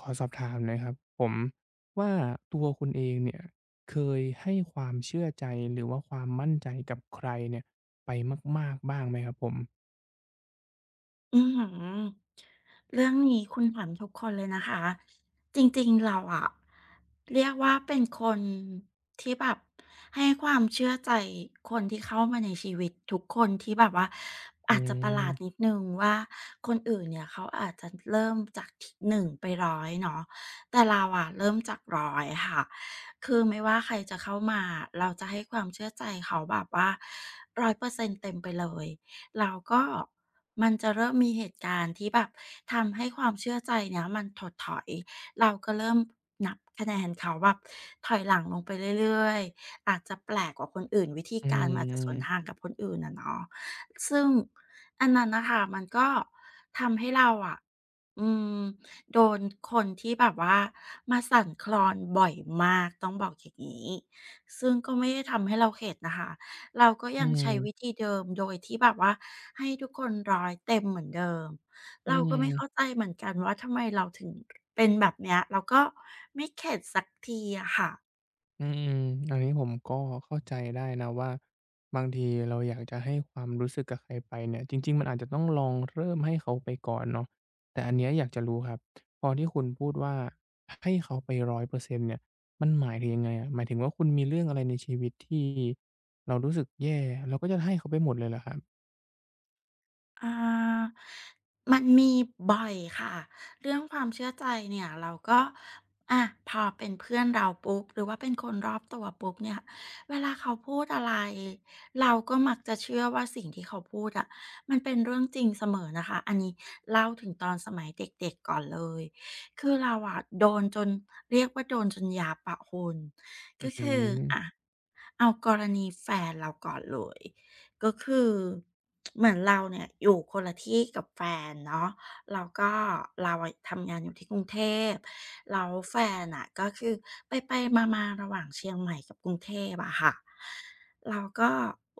ขอสอบถามหนะครับผมว่าตัวคุณเองเนี่ยเคยให้ความเชื่อใจหรือว่าความมั่นใจกับใครเนี่ยไปมากๆบ้างไหมครับผมอือหือเรื่องนี้คุณถามทุกคนเลยนะคะจริงๆเราอะเรียกว่าเป็นคนที่แบบให้ความเชื่อใจคนที่เข้ามาในชีวิตทุกคนที่แบบว่าอือาจจะประหลาดนิมดนึงว่าคนอื่นเนี่ยเขาอาจจะเริ่มจากหนึ่1ไป100เนาะแต่เราอะเริ่มจาก100ค่ะคือไม่ว่าใครจะเข้ามาเราจะให้ความเชื่อใจเขาแบบว่า100%เปอร์เซ็นตเต็มไปเลย แล้วก็มันจะเริ่มมีเหตุการณ์ที่แบบทำให้ความเชื่อใจเนี่ยมันถดถอยเราก็เริ่มนับคะแนนเขาแบบถอยหลังลงไปเรื่อยๆอาจจะแปลกกว่าคนอื่นวิธีอืการมันอาจจะสมวนทางๆกับคนอื่นอะเนาะซึ่งอันนั้นน่ะค่ะมันก็ทำให้เราอะอืมโดนคนที่แบบว่ามาสั่นคลอนบ่อยมากต้องบอกอย่างงี้ซึ่งก็ไม่ได้ทำให้เราเข็ดนะคะ เราก็อืยังใช้วิมธีเดิมโดยที่แบบว่าให้ทุกคนร้อยเต็มเหมือนเดิม อืเราก็ไม่เข้าม ใจเหมือนกันว่าทำไมเราถึงเป็นแบบเนี้ยเราก็ไม่เข็ดสักทีอะค่ะ อืมๆอันนี้ผมก็เข้าใจได้นะว่าบางทีเราอยากจะให้ความรู้สึกกับใครไปเนี่ยจริงๆมันอาจจะต้องลองเริ่มให้เขาไปก่อนเนาะแต่อันเนี้ยอยากจะรู้ครับพอที่คุณพูดว่าให้เขาไปร้อยเปอร์เซ็นต์เนี่ยมันหมายถึงยังไงอะหมายถึงว่าคุณมีเรื่องอะไรในชีวิตที่เรารู้สึกแย่เราก็จะให้เขาไปหมดเลยเหรอครับอ่ามันมีบ่อยค่ะเรื่องความเชื่อใจเนี่ยเราก็อะพอเป็นเพื่อนเราปุ๊บหรือว่าเป็นคนรอบตัวปุ๊บเนี่ยเวลาเขาพูดอะไรเราก็มักจะเชื่อว่าสิ่งที่เขาพูดอะมันเป็นเรื่องจริงเสมอนะคะอันนี้เล่าถึงตอนสมัยเด็กๆก่อนเลยคือเราอะโดนจนเรียกว่าโดนจนยาปะคุณอืก็อหือคืออะเอากรณีแฟนเราก่อนเลย ก็คือเหมือนเราเนี่ยอยู่คนละที่กับแฟนเนาะแล้วก็เราอะทำงานอยู่ที่กรุงเทพแล้วแฟนอะก็คือไปๆมามาๆระหว่างเชียงใหม่กับกรุงเทพอะค่ะเราก็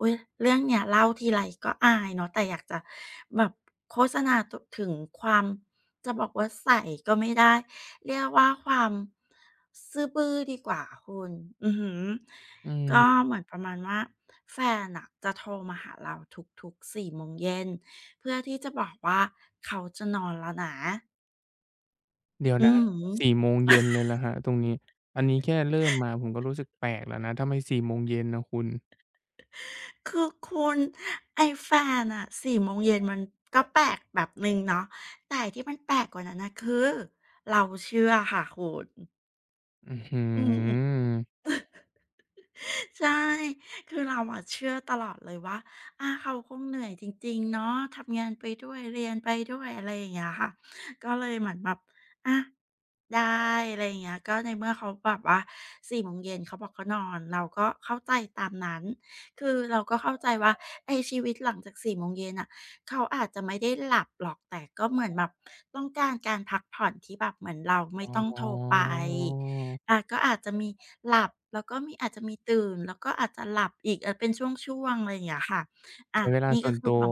อุ้ยเรื่องเนี้ยเล่าทีไรก็อายเนาะแต่อยากจะแบบโฆษณาถึงความจะบอกว่าใสก็ไม่ได้เรียกว่าความซื่อบื้อดีกว่าคุณอือหือ อืก็เหมมือนประมาณว่าแฟนนะจะโทรมาหาเราทุกๆ4โมงเย็นเพื่อที่จะบอกว่าเขาจะนอนแล้วนะเดี๋ยวอือนะสี่โมงเย็นเลยเหรอตรงนี้อันนี้แค่เริ่มมาผมก็รู้สึกแปลกแล้วนะทำไมสี่โมงเย็นนะคุณ คือคุณไอ้แฟนน่ะ4โมงเย็นมันก็แปลกแบบหนึ่งเนาะแต่ที่มันแปลกกว่านั้นนะคือเราเชื่อค่ะคุณอื้อฮือืมอใช่คือเราอะเชื่อตลอดเลยว่าอาเขาคงเหนื่อยจริงๆเนาะทำงานไปด้วยเรียนไปด้วยอะไรอย่างเงี้ยค่ะก็เลยเหมือนแบบอะ ได้อะไรอย่างเงี้ยก็ในเมื่อเขาแบบว่า4โมงเย็นเขาบอกเขานอนเราก็เข้าใจตามนั้นคือเราก็เข้าใจว่าไอ้ชีวิตหลังจาก4โมงเย็นน่ะเขาอาจจะไม่ได้หลับหรอกแต่ก็เหมือนแบบต้องการการพักผ่อนที่แบบเหมือนเราไม่อ๋ต้องโทรไปอก็อาจจะมีหลับแล้วก็มีอาจจะมีตื่นแล้วก็อาจจะหลับอีกเออเป็นช่วงๆอะไรอย่างเงี้ยค่ะอาใช้เวลานี่ส่ก็วนคืตัอคววาม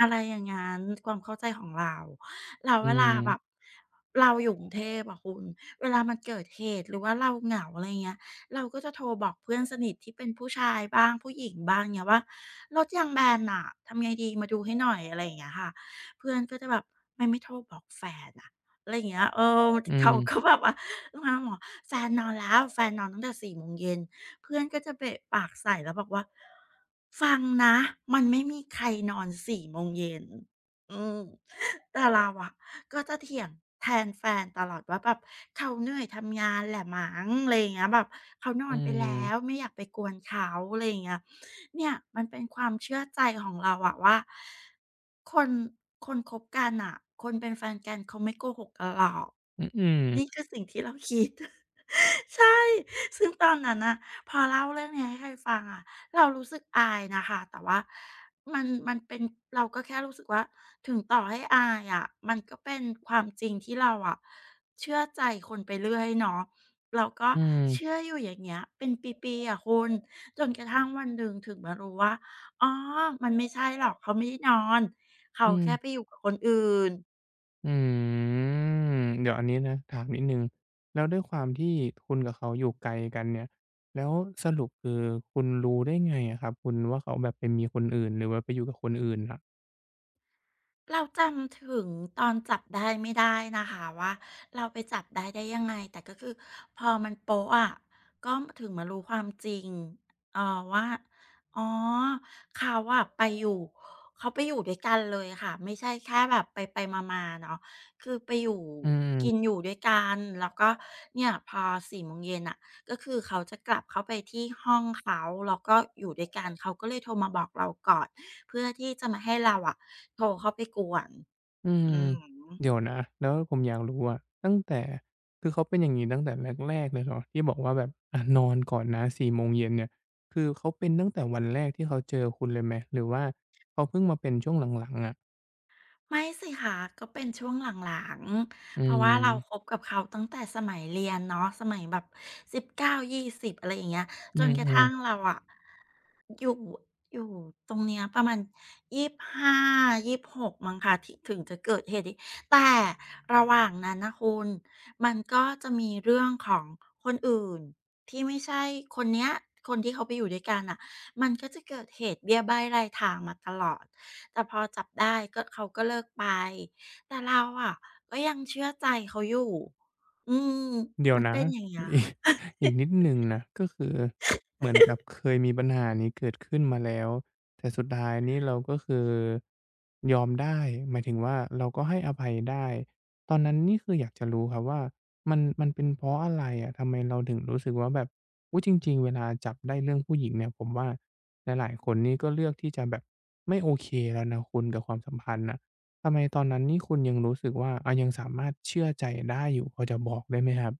อะไรอย่างงั้นความเข้าใจของเรา แล้วอืเวลามแบบเราอยู่กรุงเทพอะคุณเวลามันเกิดเหตุหรือว่าเราเหงาอะไรเงี้ยเราก็จะโทรบอกเพื่อนสนิทที่เป็นผู้ชายบ้างผู้หญิงบ้างเงี้ยว่ารถยางแบนน่ะทำไงดีมาดูให้หน่อยอะไรอย่างเงี้ยค่ะเพื่อนก็จะแบบทำไมไม่โทรบอกแฟนอะอะไรอย่างเงี้ยเอออืเขาก็มแบบว่ามาบอกแฟนนอนแล้วแฟนนอนตั้งแต่สี่โมงเย็นเพื่อนก็จะเบะปากใส่แล้วบอกว่าฟังนะมันไม่มีใครนอนสี่โมงเย็นอืม แต่เราอะก็จะเถียงแทนแฟนตลอดว่าแบบเขาเหนื่อยทำงานแหละมั้งอะไรอย่างเงี้ยแบบเขานออืนไปแล้วมไม่อยากไปกวนเขาอะไรอย่างเงี้ยเนี่ยมันเป็นความเชื่อใจของเราอะว่าคนคนคบกันอะคนเป็นแฟนกันเขาไม่โกหกกันหรอกอืออืมนี่คือสิ่งที่เราคิด ใช่ซึ่งตอนนั้นนะพอเล่าเรื่องนี้ให้ใครฟังอะ เรารู้สึกอายนะคะแต่ว่ามันเป็นเราก็แค่รู้สึกว่าถึงต่อให้อายอะมันก็เป็นความจริงที่เราอะเชื่อใจคนไปเรื่อยเนาะเราก็อืมเชื่ออยู่อย่างเงี้ยเป็นปีๆอะคุณจนกระทั่งวันหนึ่งถึงมารู้ว่าอ๋อมันไม่ใช่หรอกเขาไม่ได้นอนเขาอืมแค่ไปอยู่กับคนอื่น อืมเดี๋ยวอันนี้นะถามนิดหนึ่งแล้วด้วยความที่คุณกับเขาอยู่ไกลกันเนี่ยแล้วสรุปคือคุณรู้ได้ไงอะครับคุณว่าเขาแบบไปมีคนอื่นหรือว่าไปอยู่กับคนอื่นน่ะเราจำถึงตอนจับได้ไม่ได้นะคะว่าเราไปจับได้ได้ยังไงแต่ก็คือพอมันโป๊ะอะก็ถึงมารู้ความจริงว่าอ๋อเขาอะไปอยู่เขาไปอยู่ด้วยกันเลยค่ะไม่ใช่แค่แบบไปไปมามาๆเนาะคือไปอยู่อืม กินอยู่ด้วยกันแล้วก็เนี่ยพอ4 โมงเย็นอ่ะก็คือเขาจะกลับเข้าไปที่ห้องเขาแล้วก็อยู่ด้วยกันเขาก็เลยโทรมาบอกเราก่อน เพื่อที่จะมาให้เราอะโทรเข้าไปกวนอืมอือฮเดี๋ึ ยวนะแล้วผมอยากรู้อะตั้งแต่คือเขาเป็นอย่างงี้ตั้งแต่แรกๆเลยเหรอที่บอกว่าแบบอะนอนก่อนนะ4โมงเย็นเนี่ยคือเขาเป็นตั้งแต่วันแรกที่เขาเจอคุณเลยไหมหรือว่าเขาเพิ่งมาเป็นช่วงหลังๆอะไม่สิคะก็เป็นช่วงหลังอืๆเพราะว่าเราคมบกับเขาตั้งแต่สมัยเรียนเนาะสมัยแบบ19 20อะไรอย่างเงี้ยอืจนกระมทั่งๆ เราอะอยู่อยู่ตรงเนี้ยประมาณ25 26มั้งคะที่ถึงจะเกิดเหตุนี้แต่ระหว่างนั้นน่ะคุณมันก็จะมีเรื่องของคนอื่นที่ไม่ใช่คนเนี้ยคนที่เขาไปอยู่ด้วยกันอะมันก็จะเกิดเหตุเบี้ยบ้ายรายทางมาตลอด แต่พอจับได้ก็เขาก็เลิกไปแต่เราอะก็ยังเชื่อใจเขาอยู่อืมเดี๋ยวมันนะ เป็นอย่างเงี้ ยอีกค่ะ อีกนิดหนึ่งนะก็คือเหมืบอนกับเคยมีปัญหานี้เกิดขึ้นมาแล้วแต่สุดท้ายนี่เราก็คือยอมได้หมายถึงว่าเราก็ให้อภัยได้ตอนนั้นนี่คืออยากจะรู้ครับว่ามันมันเป็นเพราะอะไรอะทำไมเราถึงรู้สึกว่าแบบอุ๊ยจริงๆเวลาจับได้เรื่องผู้หญิงเนี่ยผมว่าหลายๆคนนี่ก็เลือกที่จะแบบไม่โอเคแล้วนะคุณกับความสัมพันธ์น่ะทำไมตอนนั้นนี่คุณยังรู้สึกว่าอายังสามารถเชื่อใจได้อยู่พอจะบอกได้ไหมครับ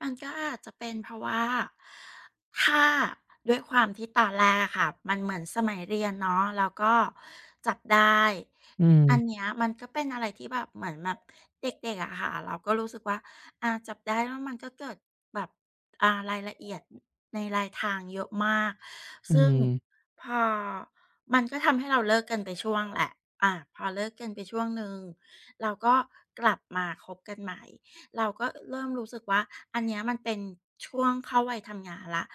มันก็อาจจะเป็นเพราะว่าถ้าด้วยความที่ตอนแรกอะค่ะมันเหมือนสมัยเรียนเนาะแล้วก็จับได้อือันเนี้มยมันก็เป็นอะไรที่แบบเหมือนแบบเด็กๆอะค่ะเราก็รู้สึกว่าอาจับได้แล้วมันก็เกิดแบบรายละเอียดในลายทางเยอะมากอืซึ่งมพอมันก็ทำให้เราเลิกกันไปช่วงแหละอาพอเลิกกันไปช่วงหนึ่งเราก็กลับมาคบกันใหม่ เราก็เริ่มรู้สึกว่าอันเนี้ยมันเป็นช่วงเข้าวัยทำงานแล้ว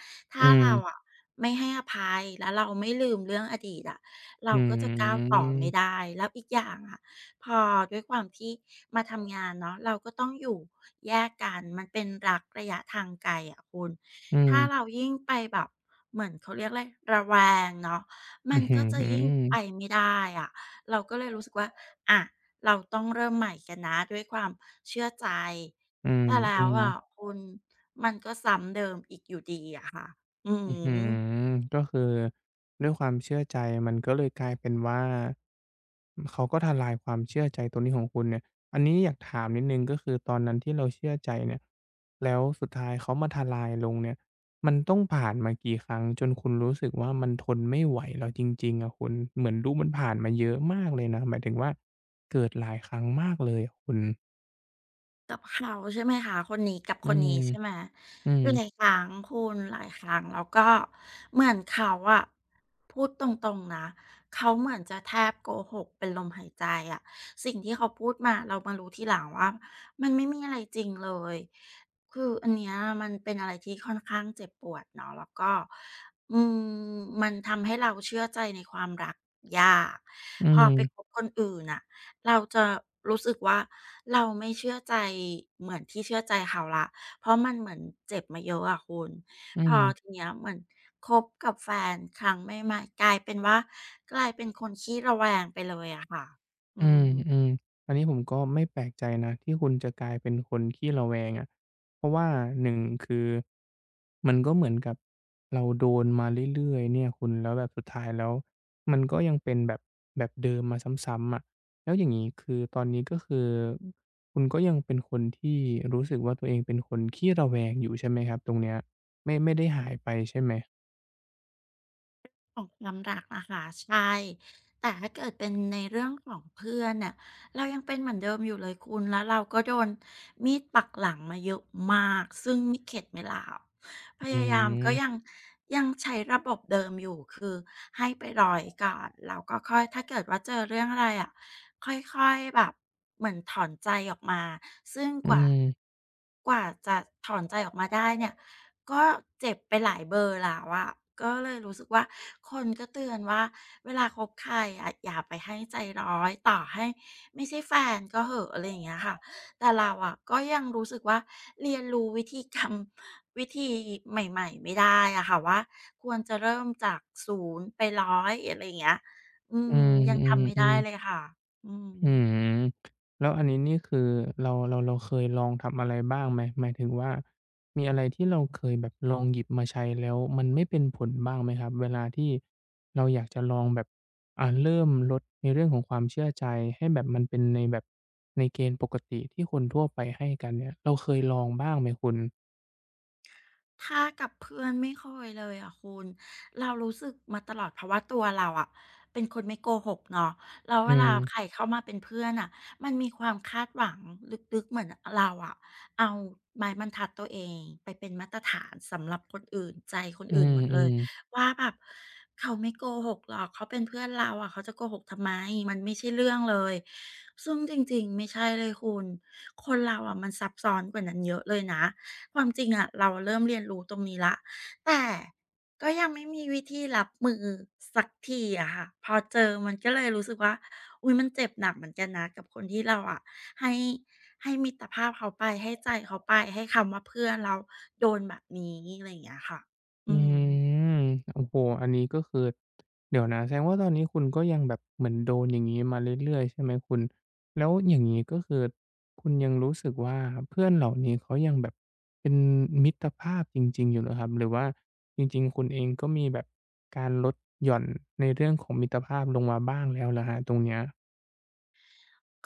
อืถ้าเรามอะไม่ให้อภัยแล้วเราไม่ลืมเรื่องอดีตอะอืเราก็จะก้าวต่อมไม่ได้แล้วอีกอย่างอะพอด้วยความที่มาทำงานเนาะเราก็ต้องอยู่แยกกันมันเป็นรักระยะทางไกลอะคุณอืมถ้าเรายิ่งไปแบบเหมือนเขาเรียกไรระแวงเนาะมัอื้นอฮืก็จะยิ่งไปอไม่ได้อะเราก็เลยรู้สึกว่าอะ เราต้องเริ่มใหม่กันนะด้วยความเชื่อใจอืมแต่แล้อืวม อ่ะคุณมันก็ซ้ำเดิมอีกอยู่ดีอะค่ะอือื้อหือม ก็คือด้วยความเชื่อใจมันก็เลยกลายเป็นว่าเขาก็ทลายความเชื่อใจตรงนี้ของคุณเนี่ยอันนี้อยากถามนิดนึงก็คือตอนนั้นที่เราเชื่อใจเนี่ยแล้วสุดท้ายเขามาทลายลงเนี่ยมันต้องผ่านมากี่ครั้งจนคุณรู้สึกว่ามันทนไม่ไหวแล้วจริงๆอะคุณเหมือนดูมันผ่านมาเยอะมากเลยนะหมายถึงว่าเกิดหลายครั้งมากเลยอะคุณกับเขาใช่ไหมคะคนนี้กับอืคนมนี้ใช่ไหมอืมหลายครั้งคุณหลายครั้งแล้วก็เหมือนเขาอะพูดตรงๆนะเขาเหมือนจะแทบโกหกเป็นลมหายใจอะสิ่งที่เขาพูดมาเรามารู้ทีหลังว่ามันไม่มีอะไรจริงเลยคืออันเนี้ยมันเป็นอะไรที่ค่อนข้างเจ็บปวดเนาะแล้วก็อืมมันทำให้เราเชื่อใจในความรักยากอืพอไปคมบคนอื่นน่ะ เราจะรู้สึกว่าเราไม่เชื่อใจเหมือนที่เชื่อใจเขาละ เพราะมันเหมือนเจ็บมาเยอะอะคุณ อืพอม ทีเนี้ยเหมือนคบกับแฟนครั้งใหม่ๆกลายเป็นว่ากลายเป็นคนขี้ระแวงไปเลยอะค่ะอือืมอืม มอันนี้ผมก็ไม่แปลกใจนะที่คุณจะกลายเป็นคนขี้ระแวงอะเพราะว่าหนึ่งคือมันก็เหมือนกับเราโดนมาเรื่อยๆเนี่ยคุณแล้วแบบสุดท้ายแล้วมันก็ยังเป็นแบบแบบเดิมมาซ้ำๆอะแล้วอย่างงี้คือตอนนี้ก็คือคุณก็ยังเป็นคนที่รู้สึกว่าตัวเองเป็นคนขี้ระแวงอยู่ใช่ไหมครับตรงเนี้ยไม่ไม่ได้หายไปใช่ไหมของความรักอะค่ะใช่แต่ถ้าเกิดเป็นในเรื่องของเพื่อนเนี่ยเรายังเป็นเหมือนเดิมอยู่เลยคุณแล้วเราก็โดนมีดปักหลังมาเยอะมากซึ่งไม่เข็ดไม่หลาบพอืยายามก็มยังใช้ระบบเดิมอยู่คือให้ไปรอยก่อนแล้วก็ค่อยถ้าเกิดว่าเจอเรื่องอะไรอะค่อยๆแบบเหมือนถอนใจออกมาซึ่งอืกว่ามจะถอนใจออกมาได้เนี่ย ก็เจ็บไปหลายเบอร์แล้วอะก็เลยรู้สึกว่าคนก็เตือนว่าเวลาคบใครอะอย่าไปให้ใจร้อยต่อให้ไม่ใช่แฟนก็เหอะอะไรอย่างเงี้ยค่ะ แต่เราอะก็ยังรู้สึกว่าเรียนรู้วิธีกรรม วิธีใหม่ๆไม่ได้อะค่ะว่าควรจะเริ่มจาก0ไปร้อยอะไรอย่างเงี้ยอือืมยังทำไม่ได้อๆเลๆ ยค่ะอืม อืมแล้วอันนี้นี่คือเราเราเราเคยลองทำอะไรบ้างไหมหมายถึงว่ามีอะไรที่เราเคยแบบลองหยิบมาใช้แล้วมันไม่เป็นผลบ้างไหมครับเวลาที่เราอยากจะลองแบบเริ่มลดในเรื่องของความเชื่อใจให้แบบมันเป็นในแบบในเกณฑ์ปกติที่คนทั่วไปให้กันเนี่ยเราเคยลองบ้างไหมคุณถ้ากับเพื่อนไม่เคยเลยอ่ะคุณเรารู้สึกมาตลอดเพราะว่าตัวเราอ่ะเป็นคนไม่โกหกเนาะแล้วอืเวลาใครมเข้ามาเป็นเพื่อนอ่ะมันมีความคาดหวังลึกๆเหมือนเราอะเอาไม้บรรทัดตัวเองไปเป็นมาตรฐานสำหรับคนอื่นใจคนอือื่นหมดเลมยๆ ว่าแบบเขาไม่โกหกหรอกเขาเป็นเพื่อนเราอ่ะเขาจะโกหกทำไมมันไม่ใช่เรื่องเลยซึ่งจริงๆไม่ใช่เลยคุณคนเราอะมันซับซ้อนกว่านั้นเยอะเลยนะ ความจริงอะเราเริ่มเรียนรู้ตรงนี้แล้วแต่ก็ยังไม่มีวิธีรับมือสักทีอะค่ะพอเจอมันก็เลยรู้สึกว่าอุ๊ยมันเจ็บหนักเหมือนกันนะกับคนที่เราอะให้ให้มิตรภาพเขาไปให้ใจเขาไปให้คำว่าเพื่อนเราโดนแบบนี้อะไรอย่างเงี้ยค่ะอือืม มโอ้โฮอันนี้ก็คือเดี๋ยวนะแสดงว่าตอนนี้คุณก็ยังแบบเหมือนโดนอย่างงี้มาเรื่อยๆใช่ไหมคุณแล้วอย่างงี้ก็คือคุณยังรู้สึกว่าเพื่อนเหล่านี้เขายังแบบเป็นมิตรภาพจริงๆอยู่เหรอครับหรือว่าจริงๆคุณเองก็มีแบบการลดหย่อนในเรื่องของมิตรภาพลงมาบ้างแล้วเหรอครับตรงเนี้ย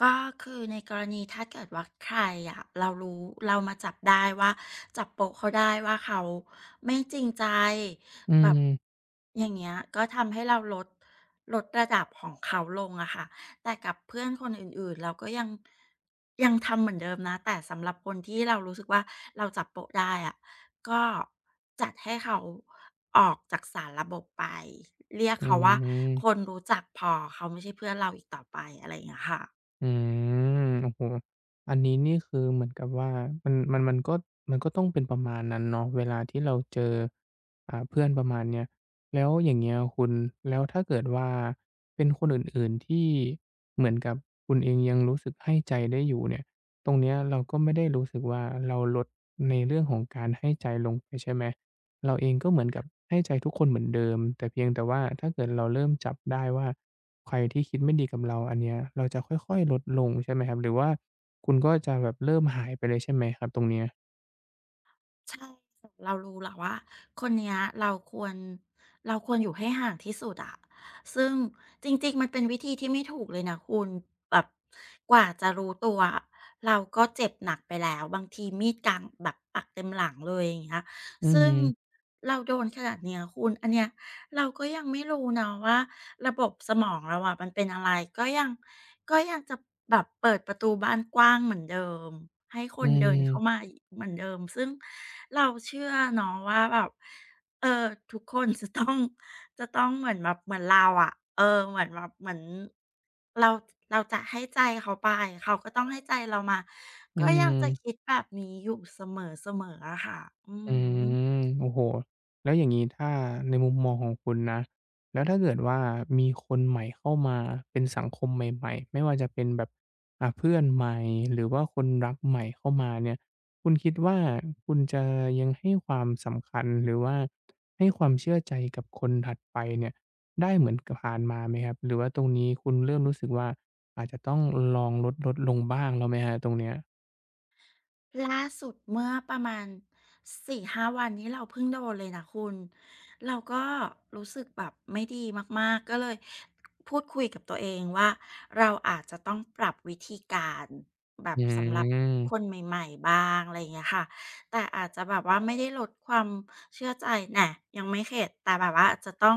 ก็คือในกรณีถ้าเกิดว่าใครอะเรารู้เรามาจับได้ว่าจับโปะเขาได้ว่าเขาไม่จริงใจอืแบบมอย่างเงี้ยก็ทำให้เราลดระดับของเขาลงอะค่ะแต่กับเพื่อนคนอื่นๆเราก็ยังทำเหมือนเดิมนะแต่สำหรับคนที่เรารู้สึกว่าเราจับโปะได้อะก็จัดให้เขาออกจากสารระบบไปเรียกอืเขาว่าคนม รู้จักพอเขาไม่ใช่เพื่อนเราอีกต่อไปอะไรอย่างเงี้ยค่ะ อืมโอ้โฮอันนี้นี่คือเหมือนกับว่ามันมันมันก็มันก็ต้องเป็นประมาณนั้นเนาะเวลาที่เราเจอเพื่อนประมาณเนี้ยแล้วอย่างเงี้ยคุณแล้วถ้าเกิดว่าเป็นคนอื่นๆที่เหมือนกับคุณเองยังรู้สึกให้ใจได้อยู่เนี่ยตรงเนี้ยเราก็ไม่ได้รู้สึกว่าเราลดในเรื่องของการให้ใจลงไปใช่ไหม เราเองก็เหมือนกับให้ใจทุกคนเหมือนเดิมแต่เพียงแต่ว่าถ้าเกิดเราเริ่มจับได้ว่าใครที่คิดไม่ดีกับเราอันเนี้ยเราจะค่อยๆลดลงใช่ไหมครับหรือว่าคุณก็จะแบบเริ่มหายไปเลยใช่ไหมครับตรงเนี้ยใช่เรารู้แหละว่าคนเนี้ยเราควรอยู่ให้ห่างที่สุดอะซึ่งจริงๆมันเป็นวิธีที่ไม่ถูกเลยนะคุณแบบกว่าจะรู้ตัวอะเราก็เจ็บหนักไปแล้วบางทีมีดกลางแบบปักเต็มหลังเลยอย่างเงี้ยอืมซึ่งเราโดนขนาดเนี้ยคุณอันเนี้ยเราก็ยังไม่รู้เนาะว่าระบบสมองเราอะมันเป็นอะไรก็ยัง ก็ยังจะแบบเปิดประตูบ้านกว้างเหมือนเดิมให้คอืนเดินเข้ามามอีกเหมือนเดิมซึ่งเราเชื่อเนาะว่าแบบเออทุกคนจะต้อง จะต้องเหมือนแบบเหมือนเราอะเออเหมือนแบบเหมือนเราเราจะให้ใจเขาไปเขาก็ต้องให้ใจเรามาอืก็ยังจะม คิดแบบนี้อยู่เสมอๆอะค่ะอืออืฮึ มโอ้โฮแล้วอย่างงี้ถ้าในมุมมองของคุณนะแล้วถ้าเกิดว่ามีคนใหม่เข้ามาเป็นสังคมใหม่ๆไม่ว่าจะเป็นแบบเพื่อนใหม่หรือว่าคนรักใหม่เข้ามาเนี่ยคุณคิดว่าคุณจะยังให้ความสำคัญหรือว่าให้ความเชื่อใจกับคนถัดไปเนี่ยได้เหมือนกับผ่านมาไหมครับหรือว่าตรงนี้คุณเริ่มรู้สึกว่าอาจจะต้องลองลดลดลงบ้างแล้วไหมครับตรงเนี้ยล่าสุดเมื่อประมาณสห้าวันนี้เราเพิ่งโดนเลยนะคุณเราก็รู้สึกแบบไม่ดีมากๆก็เลยพูดคุยกับตัวเองว่าเราอาจจะต้องปรับวิธีการแบอืบสำหรับคนมใหม่ๆบ้างอะไรอย่างเงี้ยค่ะแต่อาจจะแบบว่าไม่ได้ลดความเชื่อใจแหน่ยังไม่เข็ดแต่แบบว่าอาจจะต้อง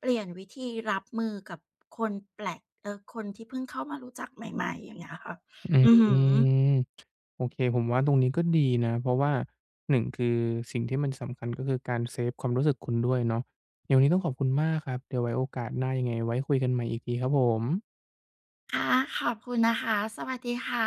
เปลี่ยนวิธีรับมือกับคนแปลกคนที่เพิ่งเข้ามารู้จักใหม่ๆอย่างเงี้ยค่ะออือืฮึ ม โอเคผมว่าตรงนี้ก็ดีนะเพราะว่าหนึ่งคือสิ่งที่มันสำคัญก็คือการเซฟความรู้สึกคุณด้วยเนาะยี๋ยงวันนี้ต้องขอบคุณมากครับเดี๋ยวไว้โอกาสหน้ายังไงไว้คุยกันใหม่อีกทีครับผมค่ะขอบคุณนะคะสวัสดีค่ะ